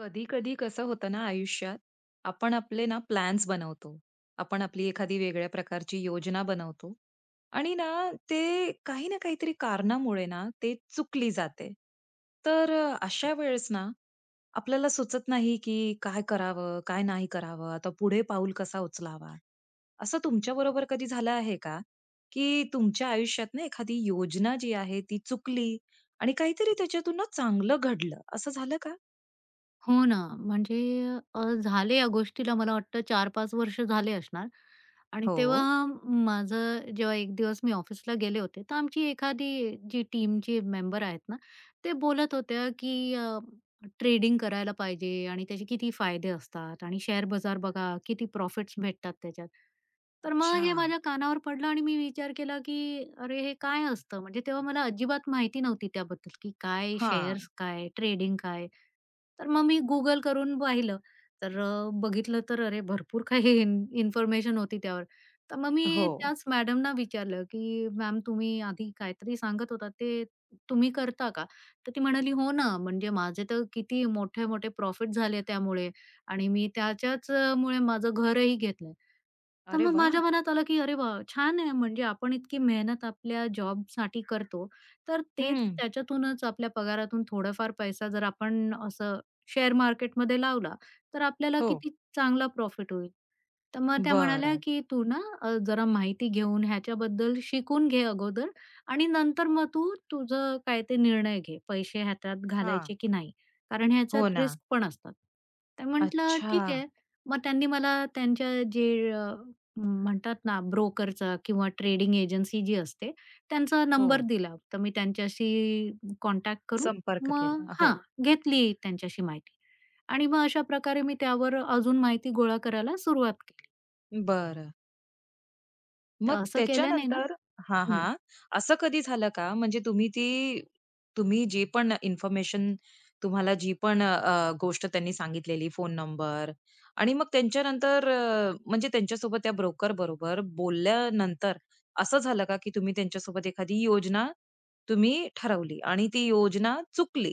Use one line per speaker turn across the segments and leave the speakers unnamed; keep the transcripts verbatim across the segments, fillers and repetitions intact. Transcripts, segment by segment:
कधी कधी कसं होतं ना आयुष्यात? आपण आपले ना प्लॅन्स बनवतो, आपण आपली एखादी वेगळ्या प्रकारची योजना बनवतो आणि ना ते काही ना काहीतरी कारणामुळे ना ते चुकली जाते. तर अ, अशा वेळेस ना आपल्याला सुचत नाही की काय करावं, काय नाही करावं, आता पुढे पाऊल कसा उचलावा. असं तुमच्या बरोबर कधी झालं आहे का, की तुमच्या आयुष्यात ना एखादी योजना जी आहे ती चुकली आणि काहीतरी त्याच्यातून ना चांगलं घडलं, असं झालं का?
हो ना, म्हणजे अ, झाले या गोष्टीला मला वाटतं चार-पाच वर्ष झाले असणार आणि
हो.
तेव्हा माझं जेव्हा एक दिवस मी ऑफिसला गेले होते, तर आमची एखादी जी टीमची मेंबर आहेत ना, ते बोलत होत्या की ट्रेडिंग करायला पाहिजे आणि त्याचे किती फायदे असतात आणि शेअर बाजार बघा, किती प्रॉफिट्स भेटतात त्याच्यात. तर मग
अच्छा.
हे माझ्या कानावर पडलं आणि मी विचार केला की "अरे, हे काय असतं?" म्हणजे तेव्हा मला अजिबात माहिती नव्हती त्याबद्दल की काय
हां.
शेअर्स काय, ट्रेडिंग काय? तर मग मी Google करून पाहिलं. तर अ, बघितलं तर अरे भरपूर काही इन इन्फॉर्मेशन होती त्यावर. तर मग मी
हो.
त्याच मॅडमना विचारलं, की "मॅम तुम्ही आधी काहीतरी सांगत होता ते तुम्ही करता का?" तर ती म्हणाली, "हो ना, म्हणजे माझे तर किती मोठे-मोठे प्रॉफिट झाले त्यामुळे आणि मी त्याच्याच अ, मुळे माझं घरही घेतलं." तर
अरे
मग
वाह!
माझ्या मनात आलं की अरे वाह! छान आहे म्हणजे आपण इतकी मेहनत आपल्या जॉबसाठी करतो, तर तेच
हं.
त्याच्यातूनच आपल्या पगारातून थोडाफार पैसा जर आपण असं शेअर मार्केटमध्ये लावला, तर आपल्याला
हो.
किती चांगला प्रॉफिट होईल. तर मग त्या
बर.
म्हणाल्या की "तू ना अ, जरा माहिती घेऊन ह्याच्याबद्दल शिकून घे अगोदर आणि नंतर मग तू तुझं काय ते निर्णय घे, पैसे ह्याच्यात
हां.
घालायचे की नाही. कारण
हो
ह्याच्यात
ना.
रिस्क पण असतात." तर म्हटलं
अच्छा.
ठीक आहे. मग त्यांनी मला त्यांच्या जे म्हणतात ना ब्रोकरचा किंवा ट्रेडिंग एजन्सी जी असते त्यांचा
हो.
नंबर दिला. तर मी त्यांच्याशी कॉन्टॅक्ट करून
संपर्क
मग
केला. हो.
हां, घेतली त्यांच्याशी माहिती. आणि मग अशा प्रकारे मी त्यावर अजून माहिती गोळा करायला सुरुवात केली.
बर,
तर
मग
असं केल्याने ना,
त्याच्यानंतर हां, हां. असं कधी झालं का, म्हणजे तुम्ही ती तुम्ही जी पण इन्फॉर्मेशन, तुम्हाला जी पण अ, गोष्ट त्यांनी सांगितलेली, फोन नंबर, आणि मग त्यांच्यानंतर अ, म्हणजे त्यांच्यासोबत त्या ब्रोकर बरोबर बोलल्यानंतर असं झालं का, की तुम्ही त्यांच्यासोबत एखादी योजना तुम्ही ठरवली आणि ती योजना चुकली?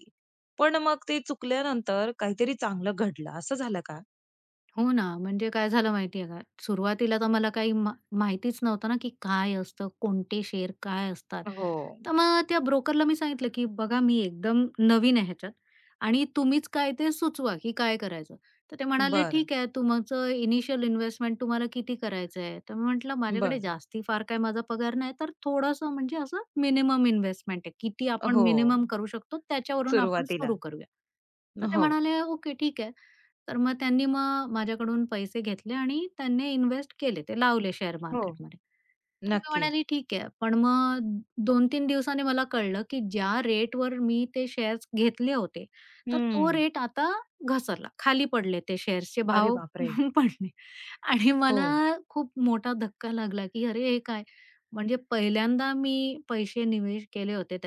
पण मग ते चुकल्यानंतर काहीतरी चांगलं घडलं असं झालं का?
हो ना, म्हणजे काय झालं माहिती आहे का, सुरुवातीला तर मला काही मा माहितीच नव्हतं ना, की काय असतं, कोणते शेअर काय असतात.
हो.
तर मग त्या ब्रोकरला मी सांगितलं, की "बघा मी एकदम नवीन आहे ह्याच्यात आणि तुम्हीच काय ते सुचवा, की काय करायचं?" तर ते म्हणाले,
बरं,
"ठीक आहे, तुमचं इनिशियल इन्व्हेस्टमेंट तुम्हाला किती करायचं आहे?" तर मी म्हटलं, "माझ्याकडे
बरं.
जास्ती फार काय माझा पगार नाही, तर थोडंसं म्हणजे असं मिनिमम इन्व्हेस्टमेंट आहे. किती आपण
हो.
मिनिमम करू शकतो त्याच्यावरून आपण
सुरुवातीला.
सुरू करूया." तर ते
हो.
म्हणाले, "ओके, ठीक आहे." तर मग त्यांनी मग माझ्याकडून पैसे घेतले आणि त्यांनी इन्व्हेस्ट केले. ते लावले शेअर
हो,
मार्केटमध्ये. तर मी
नक्की.
म्हणाली, "ठीक आहे." पण मग दोन-तीन दिवसांनी मला कळलं, की ज्या रेटवर मी ते शेअर्स घेतले होते, तर तो
हं.
रेट आता घसरला. खाली पडले ते शेअर्सचे
अरे
भाव
बापरे!
पडले. आणि मला
हो.
खूप मोठा धक्का लागला, की "अरे, हे काय?" म्हणजे पहिल्यांदा मी पैसे निवेश केले होते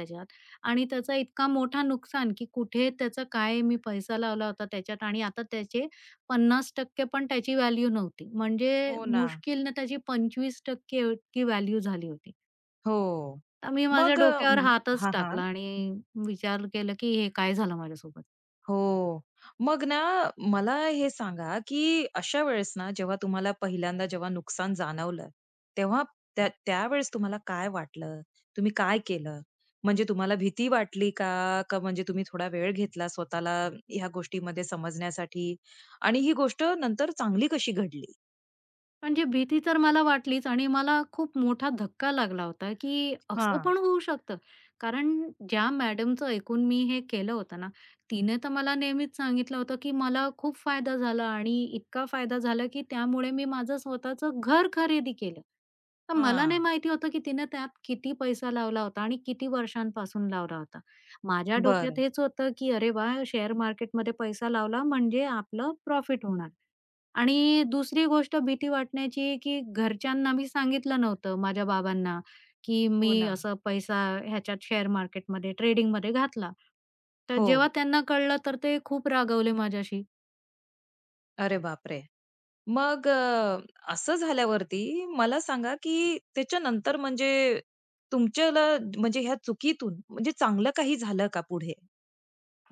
आणि त्याचा इतका मोठा नुकसान, की कुठे त्याचा काय मी पैसा लावला होता त्याच्यात आणि आता त्याचे पन्नास टक्के पण त्याची व्हॅल्यू नव्हती. म्हणजे
हो ना.
मुश्किलनं त्याची पंचवीस टक्के इतकी व्हॅल्यू झाली होती.
हो.
तर मी माझ्या
मग अ,
डोक्यावर
म
हातच
हां, हां.
टाकला आणि विचार केला, की हे काय झालं माझ्यासोबत?
हो. मग ना मला हे सांगा, की अशा वेळेस ना जेव्हा तुम्हाला पहिल्यांदा जेव्हा नुकसान जाणवलं, तेव्हा त्या त्यावेळेस तुम्हाला काय वाटलं? तुम्ही काय केलं? म्हणजे तुम्हाला भीती वाटली का? का म्हणजे तुम्ही थोडा वेळ घेतला स्वतःला ह्या गोष्टीमध्ये समजण्यासाठी? आणि ही गोष्ट नंतर चांगली कशी घडली?
म्हणजे भीती तर मला वाटलीच आणि मला खूप मोठा धक्का लागला होता, की असं
हां,
पण होऊ शकतं. कारण ज्या मॅडमचं ऐकून मी हे केलं होतं ना, तिने तर मला नेहमीच सांगितलं होतं, की मला खूप फायदा झाला आणि इतका फायदा झाला, की त्यामुळे मी माझं स्वतःचं घर खरेदी केलं. तर मला
हां.
नाही माहिती होतं, की तिने त्यात किती पैसा लावला होता आणि किती वर्षांपासून लावला होता. माझ्या डोक्यात
बरं.
हेच होतं, की "अरे वाह! शेअर मार्केटमध्ये पैसा लावला म्हणजे आपलं प्रॉफिट होणार." आणि दुसरी गोष्ट भीती वाटण्याची, की घरच्यांना मी सांगितलं नव्हतं माझ्या बाबांना, की
हो
मी
ना.
असं पैसा ह्याच्यात शेअर मार्केटमध्ये ट्रेडिंगमध्ये घातला. तर
हो.
जेव्हा त्यांना कळलं, तर ते खूप रागावले माझ्याशी.
अरे बापरे! मग अ, असं झाल्यावरती मला सांगा, की त्याच्यानंतर म्हणजे तुमच्याला म्हणजे ह्या चुकीतून म्हणजे चांगलं काही झालं का पुढे?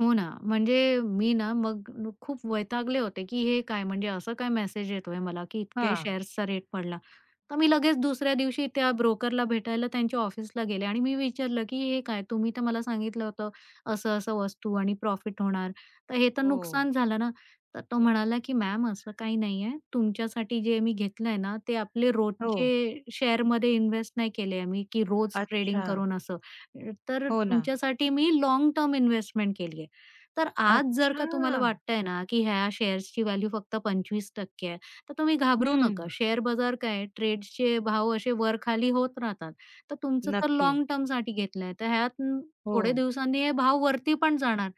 हो ना, म्हणजे मी ना मग न- खूप वैतागले होते, की हे काय म्हणजे असं काय मेसेज येतोय मला, की इतके
हां.
शेअर्सचा रेट पडला. तर मी लगेच दुसऱ्या दिवशी त्या ब्रोकरला भेटायला त्यांच्या ऑफिसला गेले आणि मी विचारलं, की "हे काय? तुम्ही तर मला सांगितलं होतं असं-असं वस्तू आणि प्रॉफिट होणार, तर हे तर
हो.
नुकसान झालं ना." तर तो म्हणाला, की "मॅम असं काही नाहीये. तुमच्यासाठी जे मी घेतलंय ना, ते आपले
हो.
रोजचे शेअरमध्ये इन्व्हेस्ट नाही केले आम्ही, की रोज ट्रेडिंग
अच्छा.
करून असं. तर
हो ना.
तुमच्यासाठी मी लाँग टर्म इन्व्हेस्टमेंट केली तर आज जर का
अच्छा!
तुम्हाला वाटतंय ना, की ह्या शेअर्सची व्हॅल्यू फक्त पंचवीस टक्के आहे, तर तुम्ही घाबरू
हं.
नका. शेअर बाजार काय आहे, ट्रेड्सचे भाव असे वर-खाली होत राहतात. तर तुमचं तर
नक्की.
लॉंग टर्मसाठी घेतलंय, तर ह्यात न-
हो.
थोडे दिवसांनी हे भाव वरती पण जाणार.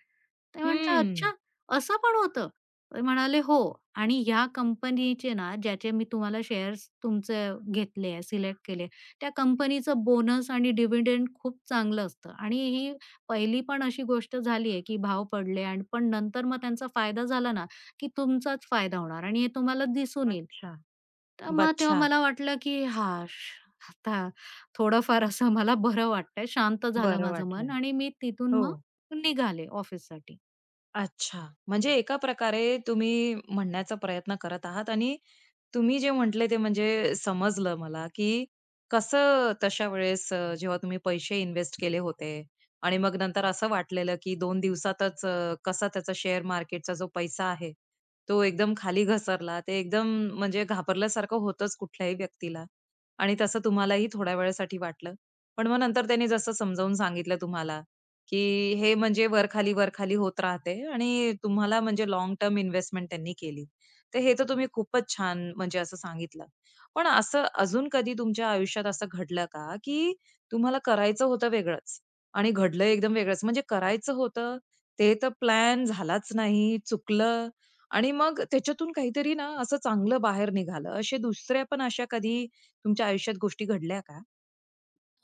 ते म्हटलं,
हं.
"अच्छा, असं पण होतं?" ते म्हणाले, "हो आणि ह्या कंपनीचे ना, ज्याचे मी तुम्हाला शेअर्स तुमचे घेतले, सिलेक्ट केले, त्या कंपनीचं बोनस आणि डिव्हिडंड खूप चांगलं असतं आणि ही पहिली पण अशी गोष्ट झाली आहे, की भाव पडले आणि पण नंतर मग त्यांचा फायदा झाला ना, की तुमचाच फायदा होणार आणि हे तुम्हाला दिसून येईल."
अच्छा.
तर मग तेव्हा
अच्छा.
मला वाटलं, की हां, आता थोडंफार असं मला बरं वाटतंय, शांत झालं
बरं
माझं मन
वाटलं.
आणि मी तिथून
हो.
मग निघाले ऑफिससाठी.
अच्छा. म्हणजे एका प्रकारे तुम्ही म्हणण्याचा प्रयत्न करत आहात आणि तुम्ही जे म्हटले ते म्हणजे समजलं मला, की कसं तशा वेळेस अ, जेव्हा तुम्ही पैसे इन्व्हेस्ट केले होते आणि मग नंतर असं वाटलेलं, की दोन दिवसातच अ, कसा त्याचा शेअर मार्केटचा जो पैसा आहे, तो एकदम खाली घसरला. ते एकदम म्हणजे घाबरल्यासारखं होतंच कुठल्याही व्यक्तीला, आणि तसं तुम्हालाही थोड्या वेळासाठी वाटलं. पण मग नंतर त्यांनी जसं समजावून सांगितलं तुम्हाला, की हे म्हणजे वर-खाली, वरखाली होत राहते आणि तुम्हाला म्हणजे लाँग टर्म इन्व्हेस्टमेंट त्यांनी केली. तर हे तर तुम्ही खूपच छान म्हणजे असं सांगितलं. पण असं अजून कधी तुमच्या आयुष्यात असं घडलं का, की तुम्हाला करायचं होतं वेगळंच आणि घडलं एकदम वेगळंच? म्हणजे करायचं होतं, ते तर प्लॅन झालाच नाही, चुकलं आणि मग त्याच्यातून काहीतरी ना असं चांगलं बाहेर निघालं. अशा दुसऱ्या पण अशा कधी तुमच्या आयुष्यात गोष्टी घडल्या का?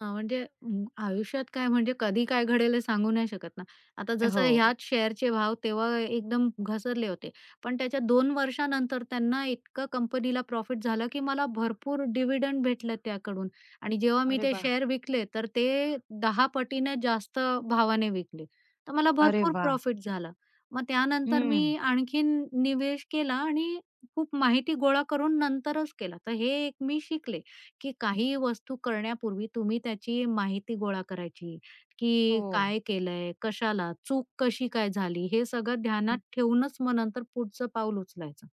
हां, म्हणजे म आयुष्यात काय म्हणजे कधी काय घडेल हे सांगू नाही शकत ना. आता
हो.
जसं ह्याच शेअरचे भाव तेव्हा एकदम घसरले होते. पण त्याच्या दोन वर्षानंतर त्यांना इतकं कंपनीला प्रॉफिट झालं, की मला भरपूर डिव्हिडंड भेटलं त्याकडून आणि जेव्हा मी
अरे
ते
वाह!
शेअर विकले, तर ते दहा पटीने जास्त भावाने विकले. तर मला
अरे
भरपूर
वाह!
प्रॉफिट झाला. मग त्यानंतर
हं.
मी आणखीन निवेश केला आणि खूप माहिती गोळा करून नंतरच केला. तर हे एक मी शिकले. की काही वस्तू करण्यापूर्वी तुम्ही त्याची माहिती गोळा करायची, की
हो.
काय केलंय, कशाला, चूक कशी काय झाली, हे सगळं ध्यानात ठेवूनच मग नंतर पुढचं पाऊल उचलायचं.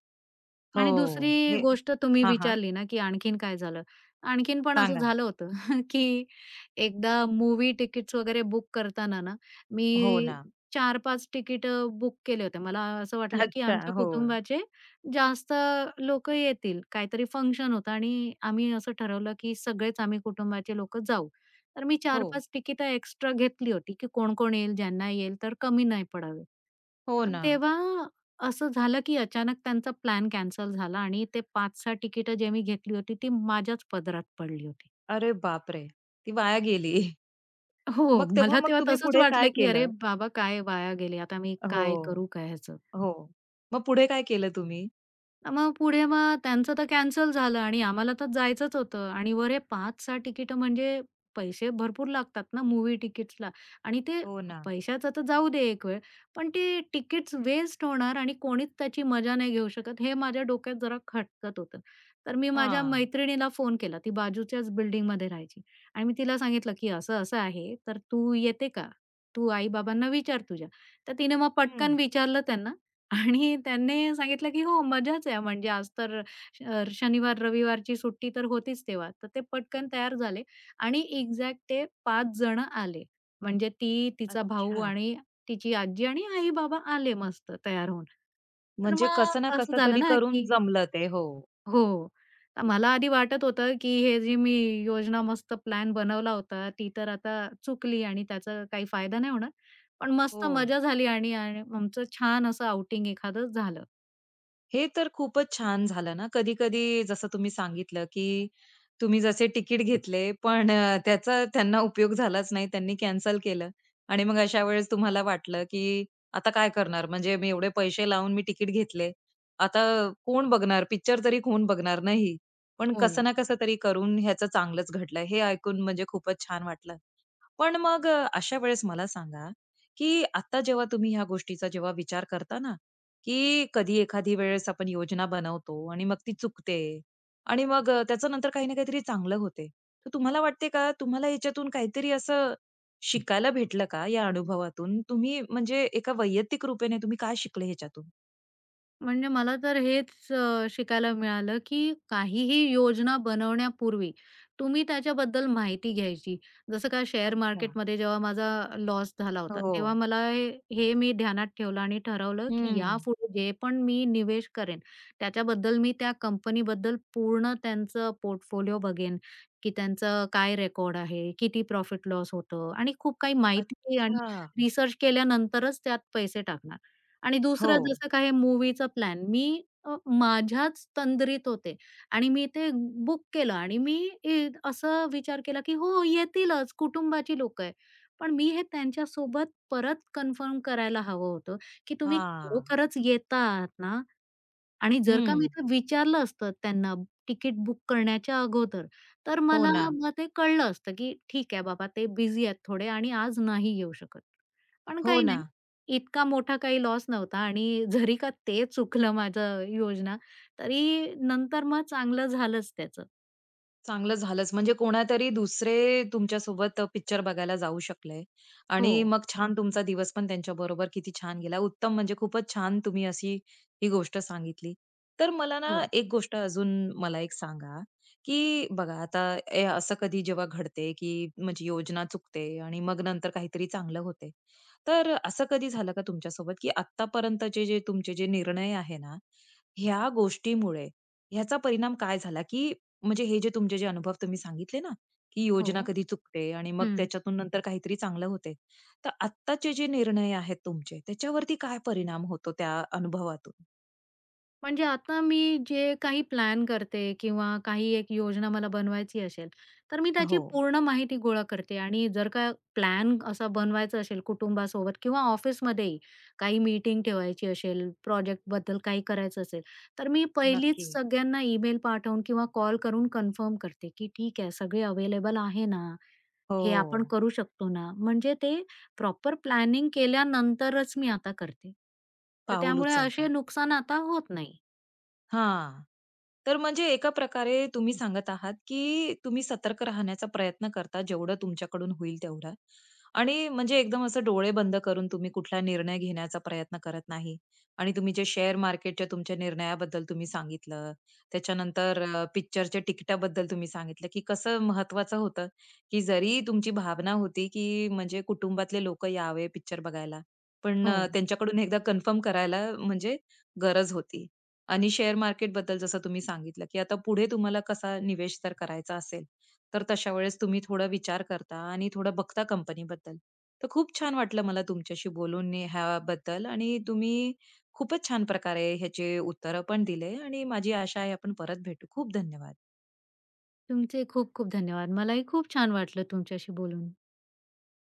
आणि
हो.
दुसरी
हे
गोष्ट तुम्ही
हां, हां.
विचारली ना, की आणखीन काय झालं? आणखीन पण असं
सांगा.
झालं होतं, की एकदा मूव्ही तिकीट्स वगैरे बुक करताना ना, मी
हो ना.
चार पाच तिकीटं बुक केले होते. मला असं वाटलं, की
अच्छा.
आमच्या
हो.
कुटुंबाचे जास्त लोक येतील. काहीतरी फंक्शन होतं आणि आम्ही असं ठरवलं, की सगळेच आम्ही कुटुंबाचे लोकं जाऊ. तर मी
हो.
चार-पाच तिकीटं एक्स्ट्रा घेतली होती, की कोण-कोण येईल, ज्यांना येईल तर कमी नाही पडावे.
हो
तर
ना.
तेव्हा असं झालं, की अचानक त्यांचा प्लॅन कॅन्सल झाला आणि ते पाच-सहा तिकिटं जे मी घेतली होती, ती माझ्याच पदरात पडली होती.
अरे बापरे! ती वाया गेली.
हो,
मग तेव्हा
मला
मग
तेव्हा
तुम्ही
तसंच
पुढे काय
वाटलं, की "अरे
केलं?
बाबा, काय वाया गेले. आता मी
हो,
काय करू काय ह्याचं?"
हो. मग पुढे काय केलं तुम्ही?
अ, मग पुढे मग त्यांचं तर कॅन्सल झालं आणि आम्हाला तर जायचंच होतं आणि वर हे पाच-सहा तिकीटं म्हणजे पैसे भरपूर लागतात ना मूव्ही तिकीट्सला आणि ते
हो ना.
पैशाचं तर जाऊ दे एक वेळ, पण ते तिकीट्स वेस्ट होणार आणि कोणीच त्याची मजा नाही घेऊ शकत हे माझ्या डोक्यात जरा खटकत होतं. तर मी माझ्या
हां.
मैत्रिणीला फोन केला. ती बाजूच्याच बिल्डिंगमध्ये राहायची आणि मी तिला सांगितलं, की असं-असं आहे, तर तू येते का? तू आई-बाबांना विचार तुझ्या. तर तिने मग
हं.
पटकन विचारलं त्यांना आणि त्यांनी सांगितलं, की "हो, मजाच आहे म्हणजे आज तर श अ, शनिवार, रविवारची सुट्टी तर होतीच तेव्हा." तर ते पटकन तयार झाले आणि एक्झॅक्ट ते पाच जण आले. म्हणजे ती, तिचा भाऊ
अच्छा.
आणि तिची आजी आणि आई-बाबा आले मस्त तयार होऊन. तर
म्हणजे
मग
कसं ना
असं
कसं
झालं
तरी
ना,
करून
की
जमलं ते. हो.
हो. तर मला आधी वाटत होतं, की हे जी मी योजना मस्त प्लॅन बनवला होता, ती तर आता चुकली आणि त्याचा काही फायदा नाही होणार. पण मस्त
हो.
मजा झाली आणि आणि आमचं छान असं आउटिंग एखादं झालं.
हे तर खूपच छान झालं ना. कधी-कधी जसं तुम्ही सांगितलं, की तुम्ही जसे तिकीट घेतले, पण अ, त्याचा त्यांना उपयोग झालाच नाही. त्यांनी कॅन्सल केलं आणि मग अशा वेळेस तुम्हाला वाटलं, की आता काय करणार? म्हणजे मी एवढे पैसे लावून मी तिकीट घेतले. आता कोण बघणार? पिक्चर तरी कोण बघणार? नाही. पण कसं
हो.
ना कसं तरी करून ह्याचं चांगलंच घडलं. हे ऐकून म्हणजे खूपच छान वाटलं. पण मग अ, अशा वेळेस मला सांगा, की आता जेव्हा तुम्ही ह्या गोष्टीचा जेव्हा विचार करता ना, की कधी एखादी वेळेस आपण योजना बनवतो आणि मग ती चुकते आणि मग अ, त्याचं नंतर काही ना काहीतरी चांगलं होते. तर तुम्हाला वाटते का, तुम्हाला याच्यातून काहीतरी असं शिकायला भेटलं का या अनुभवातून? तुम्ही म्हणजे एका वैयक्तिक रूपेने तुम्ही काय शिकले ह्याच्यातून?
म्हणजे मला तर हेच अ, शिकायला मिळालं, की काहीही योजना बनवण्यापूर्वी तुम्ही त्याच्याबद्दल माहिती घ्यायची. जसं का शेअर
अच्छा.
मार्केटमध्ये जेव्हा माझा लॉस झाला होता,
हो.
तेव्हा मला हे हे मी ध्यानात ठेवलं आणि ठरवलं, की
हं.
यापुढे जे पण मी निवेश करेन, त्याच्याबद्दल मी त्या कंपनीबद्दल पूर्ण त्यांचं पोर्टफोलिओ बघेन, की त्यांचं काय रेकॉर्ड आहे, किती प्रॉफिट लॉस होतं आणि खूप काही माहिती आणि
अच्छा.
रिसर्च केल्यानंतरच त्यात पैसे टाकणार. आणि
हो.
दुसरं जसं काय मूवीचा प्लॅन मी अ, माझ्याच तंद्रीत होते आणि मी ते बुक केलं आणि मी इ असा विचार केला, की हो येतीलच कुटुंबाची लोक आहे. पण मी हे त्यांच्यासोबत परत कन्फर्म करायला हवं होतं, की तुम्ही
हां.
खरोखरच येत आहात ना? आणि जर का
हं.
मी ते विचारलं असतं त्यांना तिकीट बुक करण्याच्या अगोदर, तर
हो
मला
ना.
मग ते कळलं असतं, की ठीक आहे बाबा ते बिझी आहेत थोडे आणि आज नाही येऊ शकत. पण
हो
काही
ना.
नाही, इतका मोठा काही लॉस नव्हता आणि जरी का ते चुकलं माझं योजना, तरी नंतर मग चांगलं झालंच त्याचं.
चांगलं झालंच. म्हणजे कोणातरी दुसरे तुमच्यासोबत पिक्चर बघायला जाऊ शकले
हो,
आणि मग छान तुमचा दिवस पण त्यांच्या बरोबर किती छान गेला. उत्तम, म्हणजे खूपच छान तुम्ही अशी ही गोष्ट सांगितली. तर मला ना
हो,
एक गोष्ट अजून, मला एक सांगा, की बघा आता ए असं कधी जेव्हा घडते, की म्हणजे योजना चुकते आणि मग नंतर काहीतरी चांगलं होते. तर असं कधी झालं का तुमच्यासोबत, की आत्तापर्यंतचे जे तुमचे जे निर्णय आहे ना, ह्या गोष्टीमुळे ह्याचा परिणाम काय झाला? की म्हणजे हे जे तुमचे जे अनुभव तुम्ही सांगितले ना, की योजना
हो.
कधी चुकते आणि मग
हं.
त्याच्यातून नंतर काहीतरी चांगलं होते. तर आत्ताचे जे निर्णय आहेत तुमचे, त्याच्यावरती काय परिणाम होतो त्या अनुभवातून?
म्हणजे आता मी जे काही प्लॅन करते किंवा काही एक योजना मला बनवायची असेल, तर मी त्याची
हो.
पूर्ण माहिती गोळा करते आणि जर का प्लॅन असा बनवायचा असेल कुटुंबासोबत किंवा ऑफिसमध्येही काही मीटिंग ठेवायची असेल, प्रोजेक्टबद्दल काही करायचं असेल, तर मी पहिलीच
नक्की.
सगळ्यांना ईमेल पाठवून किंवा कॉल करून कन्फर्म करते, की ठीक आहे सगळे अवेलेबल आहे ना?
हो.
हे आपण करू शकतो ना? म्हणजे ते प्रॉपर प्लॅनिंग केल्यानंतरच मी आता करते. तर
पाऊल
त्यामुळे असे
उचलतात.
नुकसान आता होत नाही.
हां. तर म्हणजे एका प्रकारे तुम्ही सांगत आहात, की तुम्ही सतर्क राहण्याचा प्रयत्न करता जेवढं तुमच्याकडून होईल तेवढा. आणि म्हणजे एकदम असं डोळे बंद करून तुम्ही कुठला निर्णय घेण्याचा प्रयत्न करत नाही. आणि तुम्ही जे शेअर मार्केटच्या तुमच्या निर्णयाबद्दल तुम्ही सांगितलं, त्याच्यानंतर अ, पिक्चरच्या तिकिटाबद्दल तुम्ही सांगितलं, की कसं महत्वाचं होतं, की जरी तुमची भावना होती, की म्हणजे कुटुंबातले लोकं यावे पिक्चर बघायला, पण
हो.
अ, त्यांच्याकडून एकदा कन्फर्म करायला म्हणजे गरज होती. आणि शेअर मार्केटबद्दल जसं तुम्ही सांगितलं, की आता पुढे तुम्हाला कसा निवेश जर करायचा असेल, तर तशा वेळेस तुम्ही थोडा विचार करता आणि थोडं बघता कंपनीबद्दल. तर खूप छान वाटलं मला तुमच्याशी बोलून नी- ह्याबद्दल, आणि तुम्ही खूपच छान प्रकारे ह्याचे उत्तरं पण दिले आणि माझी आशा आहे आपण परत भेटू. खूप धन्यवाद.
तुमचे खूप खूप धन्यवाद. मलाही खूप छान वाटलं तुमच्याशी बोलून.